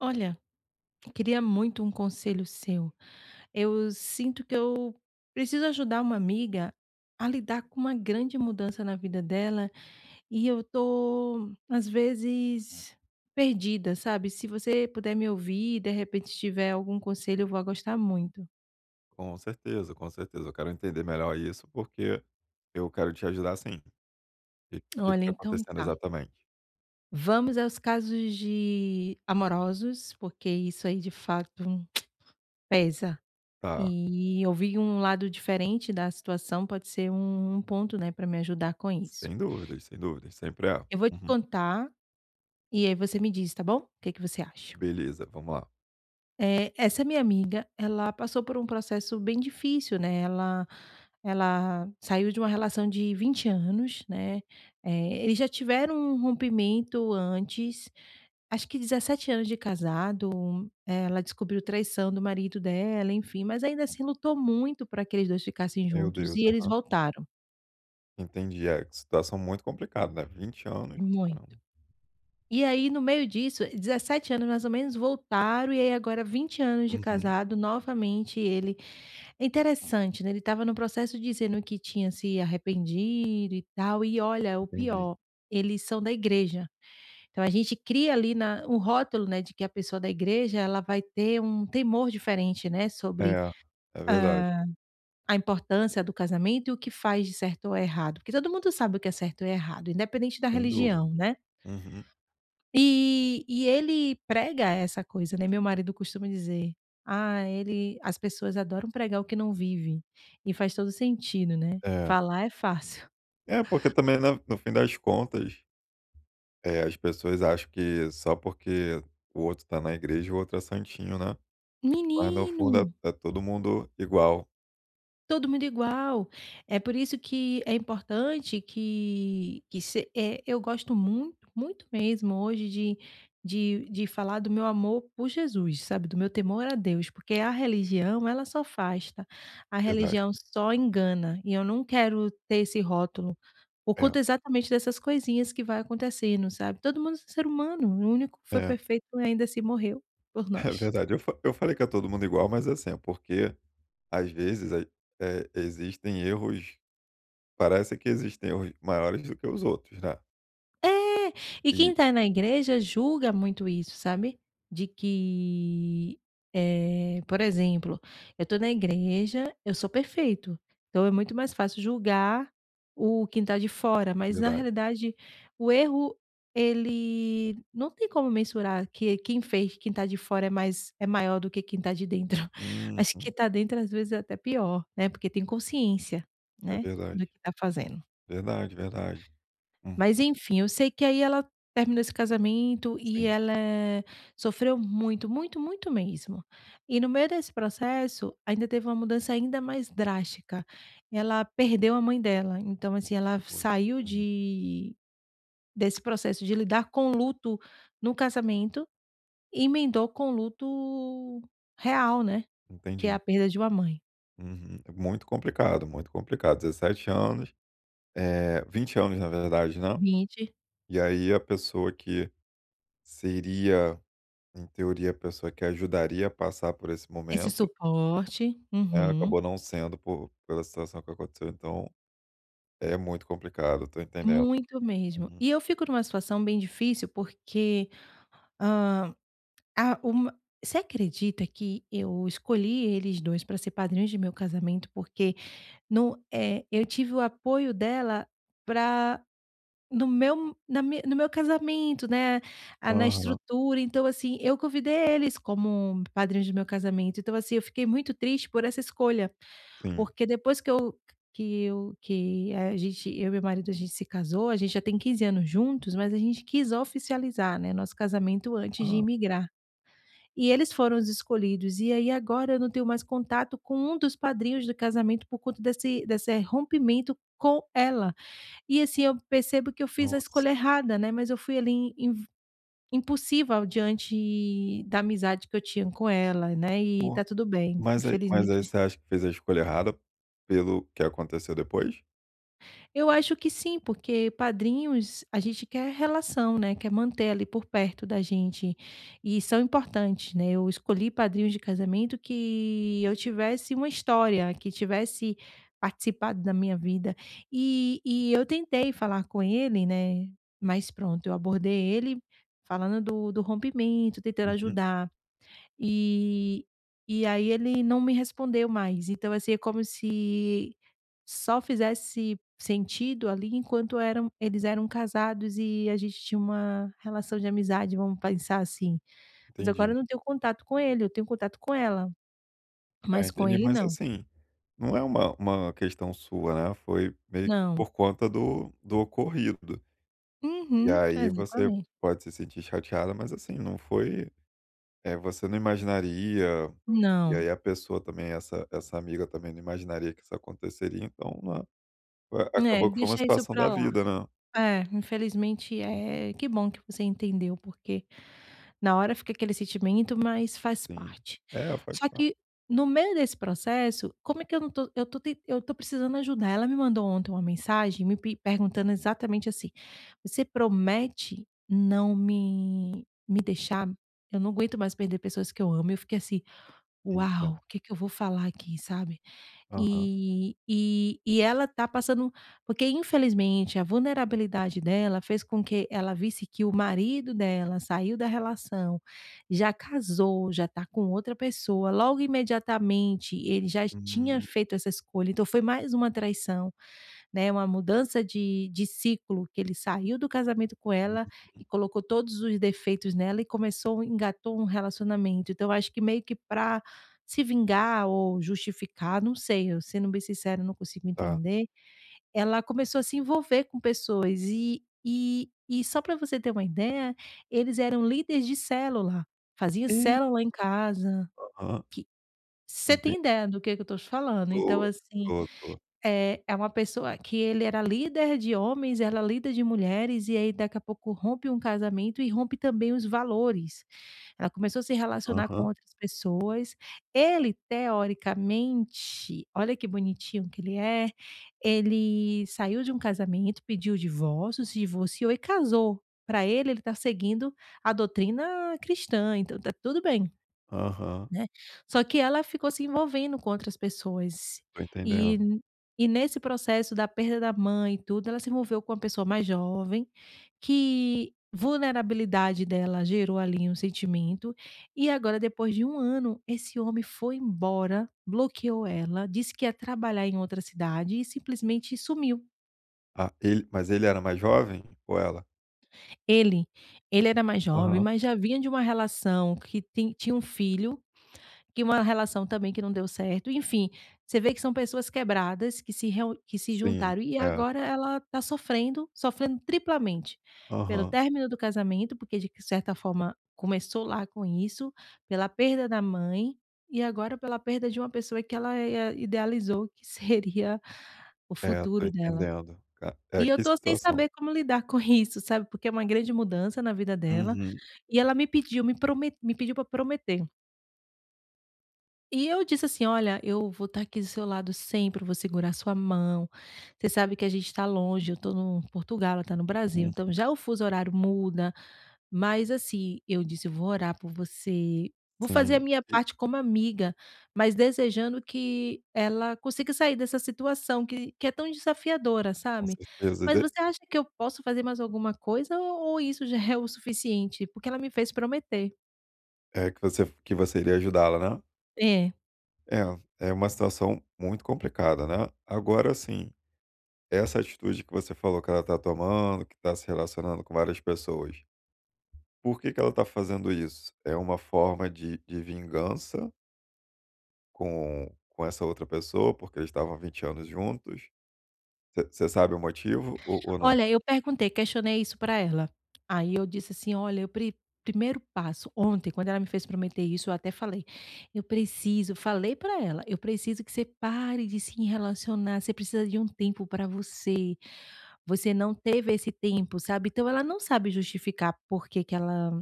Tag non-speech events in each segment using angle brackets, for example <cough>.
Olha, eu queria muito um conselho seu. Eu sinto que eu preciso ajudar uma amiga a lidar com uma grande mudança na vida dela e eu tô, às vezes, perdida, sabe? Se você puder me ouvir de repente tiver algum conselho, eu vou gostar muito. Com certeza, com certeza. Eu quero entender melhor isso, porque eu quero te ajudar sim. O que Olha, está então acontecendo tá. exatamente? Vamos aos casos de amorosos, porque isso aí de fato pesa. Tá, E ouvir um lado diferente da situação pode ser um ponto, né, para me ajudar com isso. sem dúvidas, sem dúvidas, sempre é. Eu vou te Uhum. contar e aí você me diz, tá bom? O que que você acha. Beleza, vamos lá. É, essa minha amiga, ela passou por um processo bem difícil, né, ela saiu de uma relação de 20 anos, né, eles já tiveram um rompimento antes. Acho que 17 anos de casado, ela descobriu traição do marido dela, enfim, mas ainda assim lutou muito para que eles 2 ficassem Meu juntos Deus, e eles aham. voltaram, Entendi, é, que situação muito complicada, né, 20 anos, muito. caramba. E aí no meio disso, 17 anos mais ou menos, voltaram e aí agora 20 anos de Uhum, casado, novamente ele é interessante, né, ele estava no processo dizendo que tinha se arrependido e tal, e olha, o entendi. pior, eles são da igreja. Então a gente cria ali na um rótulo, né, de que a pessoa da igreja ela vai ter um temor diferente, né, sobre, É, é verdade, hã, a importância do casamento e o que faz de certo ou errado, porque todo mundo sabe o que é certo e errado, independente da sem dúvida. religião, né. Uhum. E ele prega essa coisa, né, meu marido costuma dizer: "Ah, ele as pessoas adoram pregar o que não vive", e faz todo sentido, né, É. falar é fácil. É, porque também, né, no fim das contas, é as pessoas acham que só porque o outro tá na igreja, o outro é santinho, né. Mas no Menino! fundo é todo mundo igual, Todo mundo igual. É por isso que é importante que se eu gosto muito, muito mesmo hoje de de falar do meu amor por Jesus, sabe, do meu temor a Deus, porque a religião, ela só afasta, a verdade. religião só engana, e eu não quero ter esse rótulo, por É, conta exatamente dessas coisinhas que vai acontecendo, sabe. Todo mundo é ser humano, o único que foi é, perfeito ainda se morreu por <laughs> é nós. verdade. Eu falei que é todo mundo igual, mas assim, é porque às vezes, existem erros parece que existem erros maiores do que os outros, né. É, e E quem tá na igreja julga muito isso, sabe. De que, por exemplo, eu tô na igreja, eu sou perfeito, então é muito mais fácil julgar o quem tá de fora, mas na verdade. realidade o erro ele não tem como mensurar que quem fez, quem tá de fora é mais é maior do que quem tá de dentro. <laughs> Acho que Uhum. quem tá dentro às vezes é até pior, né, porque tem consciência, É né, verdade, do que tá fazendo. verdade, verdade. Hum, Mas enfim, eu sei que aí ela terminou esse casamento e sim, ela, sofreu muito, muito, muito mesmo. E no meio desse processo, ainda teve uma mudança ainda mais drástica. Ela perdeu a mãe dela, então assim, ela foi. saiu Uhum, de desse processo de lidar com o luto no casamento e emendou com o luto real, né, que é a entendi. perda de uma mãe. Uhum. É muito complicado, muito complicado. 17 anos, 20 anos na verdade, né. 20. E aí a pessoa que seria Em teoria, a pessoa que ajudaria a passar por esse Esse momento, suporte. né, Uhum. acabou não sendo por pela situação que aconteceu, então é muito complicado, tô entendendo. Muito mesmo. Uhum. E eu fico numa situação bem difícil, porque Hã, a uma você acredita que eu escolhi eles 2 para ser padrinhos de meu casamento, porque não eu tive o apoio dela para no meu casamento, né, ah, na Aham, estrutura, então, assim, eu convidei eles como padrinhos do meu casamento, então, assim, eu fiquei muito triste por essa escolha, sim. porque depois que eu que eu que a gente eu e meu marido, a gente se casou, a gente já tem 15 anos juntos, mas a gente quis oficializar, né, nosso casamento antes de Ah, imigrar. E eles foram os escolhidos. E aí agora eu não tenho mais contato com um dos padrinhos do casamento por conta desse rompimento com ela. E assim, eu percebo que eu fiz a nossa. escolha errada, né, mas eu fui ali impulsiva diante da amizade que eu tinha com ela, né, e Pô, tá tudo bem, mas aí mas infelizmente. aí você acha que fez a escolha errada pelo que aconteceu depois? Eu acho que sim, porque padrinhos, a gente quer relação, né, quer manter ali por perto da gente, e são importantes, né. Eu escolhi padrinhos de casamento que eu tivesse uma história, que tivesse participado da minha vida. E eu tentei falar com ele, né, mas pronto, eu abordei ele falando do rompimento, tentando Uhum, ajudar. E e aí ele não me respondeu mais, então, assim, é como se só fizesse sentido ali enquanto eram eles eram casados e a gente tinha uma relação de amizade, vamos pensar assim. Mas agora entendi. eu não tenho contato com ele, eu tenho contato com ela, É, mas com entendi, ele mas não. assim, não é uma questão sua, né, foi meio que Não. por conta do ocorrido. E Uhum, aí você exatamente. pode se sentir chateada, mas assim, não foi É, você não imaginaria, e Não. aí a pessoa também, essa amiga também não imaginaria que isso aconteceria, então, né, foi É, acabou que foi uma deixa isso situação pra da lá. vida, né. É, infelizmente Uhum. é. Que bom que você entendeu, porque na hora fica aquele sentimento, mas faz Sim. parte. É, faz Só parte. que no meio desse processo, como é que eu não tô, eu tô precisando ajudar. Ela me mandou ontem uma mensagem perguntando exatamente assim: você promete não me deixar? Eu não aguento mais perder pessoas que eu amo. Eu fiquei assim, Eita. uau, o que que eu vou falar aqui, sabe? Aham. E ela tá passando porque infelizmente a vulnerabilidade dela fez com que ela visse que o marido dela saiu da relação, já casou, já tá com outra pessoa, logo imediatamente ele já tinha Hum, feito essa escolha, então foi mais uma traição. Né, uma mudança de ciclo, que ele saiu do casamento com ela uhum, e colocou todos os defeitos nela e começou engatou um relacionamento. Então, eu acho que meio que para se vingar ou justificar, não sei, eu sendo bem sincera, não consigo tá. entender. Ela começou a se envolver com pessoas e só para você ter uma ideia, eles eram líderes de célula, faziam E célula em casa, Aham, que você entendi. tem ideia do que eu estou falando. Então, Tô, assim tô, tô. é uma pessoa que ele era líder de homens, ela é líder de mulheres, e aí daqui a pouco rompe um casamento e rompe também os valores. Ela começou a se relacionar com Aham, outras pessoas. Ele, teoricamente, olha que bonitinho que ele é, ele saiu de um casamento, pediu o divórcio, se divorciou e casou. Para ele, ele está seguindo a doutrina cristã, então tá tudo bem. aham, Né. Só que ela ficou se envolvendo com outras pessoas, tô e entendendo. e nesse processo da perda da mãe e tudo, ela se envolveu com uma pessoa mais jovem, que vulnerabilidade dela gerou ali um sentimento, e agora depois de um ano, esse homem foi embora, bloqueou ela, disse que ia trabalhar em outra cidade e simplesmente sumiu. Ah, ele mas ele era mais jovem ou ela? Ele ele era mais jovem, Aham. mas já vinha de uma relação que tem tinha um filho. Que uma relação também que não deu certo, enfim, você vê que são pessoas quebradas que se Sim, juntaram e é. agora ela está sofrendo, sofrendo triplamente, pelo Aham. término do casamento, porque de que certa forma começou lá com isso, pela perda da mãe e agora pela perda de uma pessoa que ela, idealizou que <laughs> seria o É, tô futuro dela. entendendo. Ca é, E eu que estou sem situação. saber como lidar com isso, sabe, porque é uma grande mudança na vida dela, Uhum, e ela me pediu, me pediu para prometer e eu disse assim: "Olha, eu vou estar aqui do seu lado sempre, eu vou segurar sua mão. Você sabe que a gente está longe, eu estou no Portugal, ela está no Brasil, uhum. então já o fuso horário muda, mas assim", eu disse: "Eu vou orar por você, vou fazer a Sim. minha parte como amiga, mas desejando que ela consiga sair dessa situação que é tão desafiadora, Com sabe. certeza, Mas de você acha que eu posso fazer mais alguma coisa ou isso já é o suficiente? Porque ela me fez prometer". é que você iria ajudá-la, né. É. É, é uma situação muito complicada, né. Agora, assim, essa atitude que você falou que ela tá tomando, que tá se relacionando com várias pessoas, por que que ela tá fazendo isso? É uma forma de vingança com essa outra pessoa, porque eles estavam 20 anos juntos? Você sabe o motivo ou não? Olha, eu perguntei, questionei isso para ela. Aí eu disse assim: "Olha, eu pri primeiro passo" ontem, quando ela me fez prometer isso, eu até falei: "Eu preciso" falei para ela: "Eu preciso que você pare de se relacionar, você precisa de um tempo para você, você não teve esse tempo", sabe. Então ela não sabe justificar por que que ela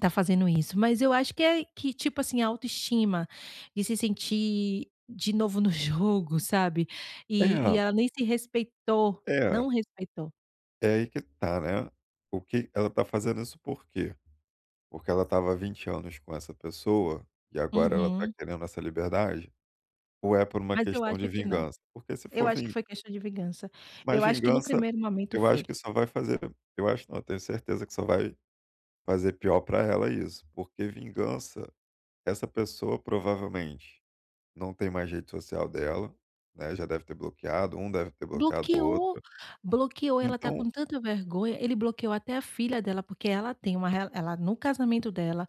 tá fazendo isso, mas eu acho que é que, tipo assim, a autoestima de se sentir de novo no <laughs> jogo, sabe. E É, ela nem se respeitou, é, não respeitou. é aí que tá, né. O que ela tá fazendo isso por quê? Porque ela estava há 20 anos com essa pessoa, e agora ela está Uhum. querendo essa liberdade? Ou é por uma Mas eu questão acho de que não. vingança? Porque se Eu for acho que vin foi questão de vingança. mas Eu acho que no vingança, primeiro momento eu foi. acho que só vai fazer eu acho não, eu tenho certeza que só vai fazer pior para ela isso, porque vingança, essa pessoa provavelmente não tem mais rede social dela, né, já deve ter bloqueado, um deve ter bloqueado o Bloqueou, outro. bloqueou, ela tá Então, com tanta vergonha, ele bloqueou até a filha dela, porque ela tem uma rela ela no casamento dela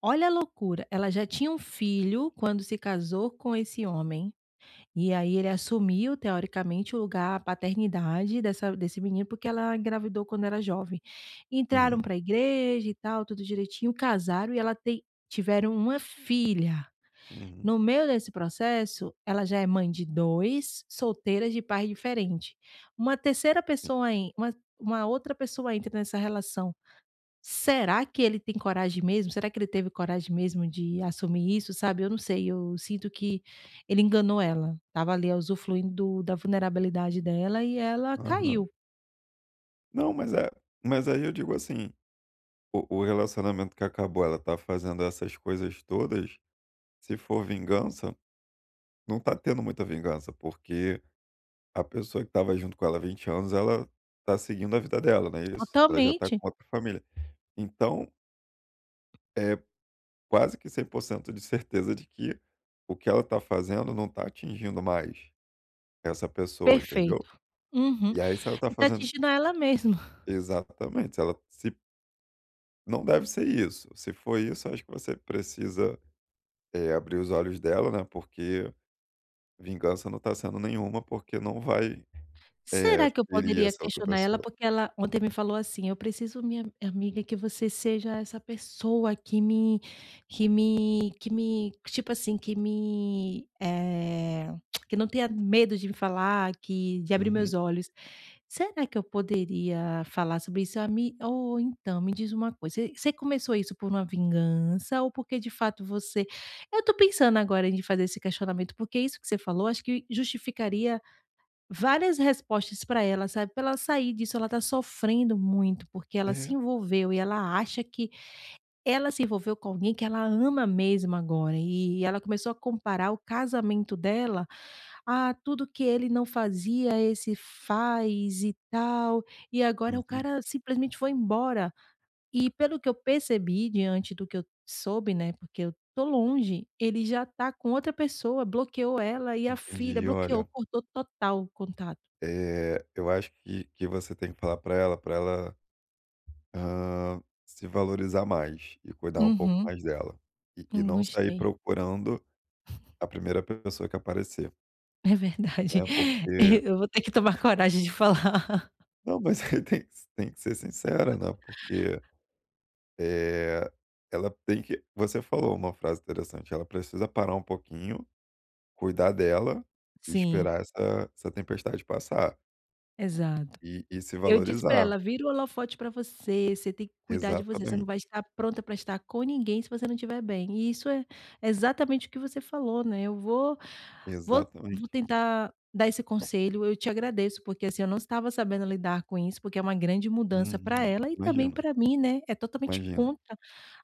olha a loucura, ela já tinha um filho quando se casou com esse homem, e aí ele assumiu teoricamente o lugar, a paternidade dessa desse menino, porque ela engravidou quando era jovem. uhum, Entraram pra igreja e tal, tudo direitinho, casaram e ela tem tiveram uma filha. uhum, No meio desse processo, ela já é mãe de 2, solteiras de pais diferente. Uma terceira pessoa en uma uma outra pessoa entra nessa relação. Será que ele tem coragem mesmo? Será que ele teve coragem mesmo de assumir isso, sabe? Eu não sei, eu sinto que ele enganou ela, tava ali usufruindo da vulnerabilidade dela e ela aham. caiu Não, mas aí eu digo assim. O relacionamento que acabou, ela tá fazendo essas coisas todas, se for vingança, não tá tendo muita vingança, porque a pessoa que estava junto com ela há 20 anos, ela tá seguindo a vida dela, não é isso? Ela já tá totalmente. com outra família. Então, é quase que 100% de certeza de que o que ela tá fazendo não tá atingindo mais essa pessoa, Perfeito. entendeu? Uhum. E aí, se ela tá E tá fazendo isso atingindo ela mesma. exatamente, se ela se não deve ser isso. Se for isso, acho que você precisa, abrir os olhos dela, né, porque vingança não tá sendo nenhuma, porque não vai, Será que eu ferir poderia essa outra questionar ela? pessoa. Porque ela ontem me falou assim: "Eu preciso, minha amiga, que você seja essa pessoa que me tipo assim, que não tenha medo de me falar, que de abrir Uhum. meus olhos". Será que eu poderia falar sobre isso? Ah, me ou então me diz uma coisa, você você começou isso por uma vingança ou porque de fato você eu tô pensando agora em fazer esse questionamento, porque isso que você falou, acho que justificaria várias respostas para ela, sabe, pra ela sair disso, ela tá sofrendo muito, porque ela se É. envolveu e ela acha que ela se envolveu com alguém que ela ama mesmo agora, e ela começou a comparar o casamento dela a tudo que ele não fazia, esse faz e tal, e agora o Uhum. cara simplesmente foi embora. E pelo que eu percebi diante do que eu soube, né, porque eu tô longe, ele já tá com outra pessoa, bloqueou ela e a filha, Entendi. bloqueou, Olha, cortou total o contato. Eu acho que você tem que falar pra ela, se valorizar mais e cuidar um pouco Uhum. mais dela. E Não não sair gostei. procurando a primeira pessoa que aparecer, É verdade. né, porque <laughs> Eu vou ter que tomar coragem de falar. não, mas aí tem que ser sincera, né, porque, eh, ela tem que você falou uma frase interessante, ela precisa parar um pouquinho. Cuidar dela <laughs> e Sim, esperar essa tempestade passar. exato. E se Eu disse pra valorizar. ela: "Vira o holofote pra você, você tem que cuidar de você, você não Exatamente, vai estar pronta pra estar com ninguém se você não estiver bem". E isso é exatamente o que você falou, né, eu vou Vou vou exatamente. tentar dar esse conselho, eu te agradeço, porque, assim, eu não estava sabendo lidar com isso, porque é uma grande mudança para Uhum. ela e também imagina para mim, né, é totalmente imagino. contra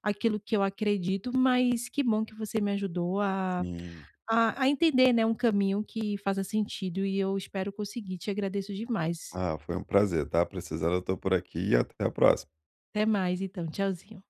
aquilo que eu acredito, mas que bom que você me ajudou a Sim. a entender, né, um caminho que faça sentido e eu espero conseguir, te agradeço demais. Ah, foi um prazer, tá? Precisando eu estou por aqui e até a próxima. Até mais então, tchauzinho.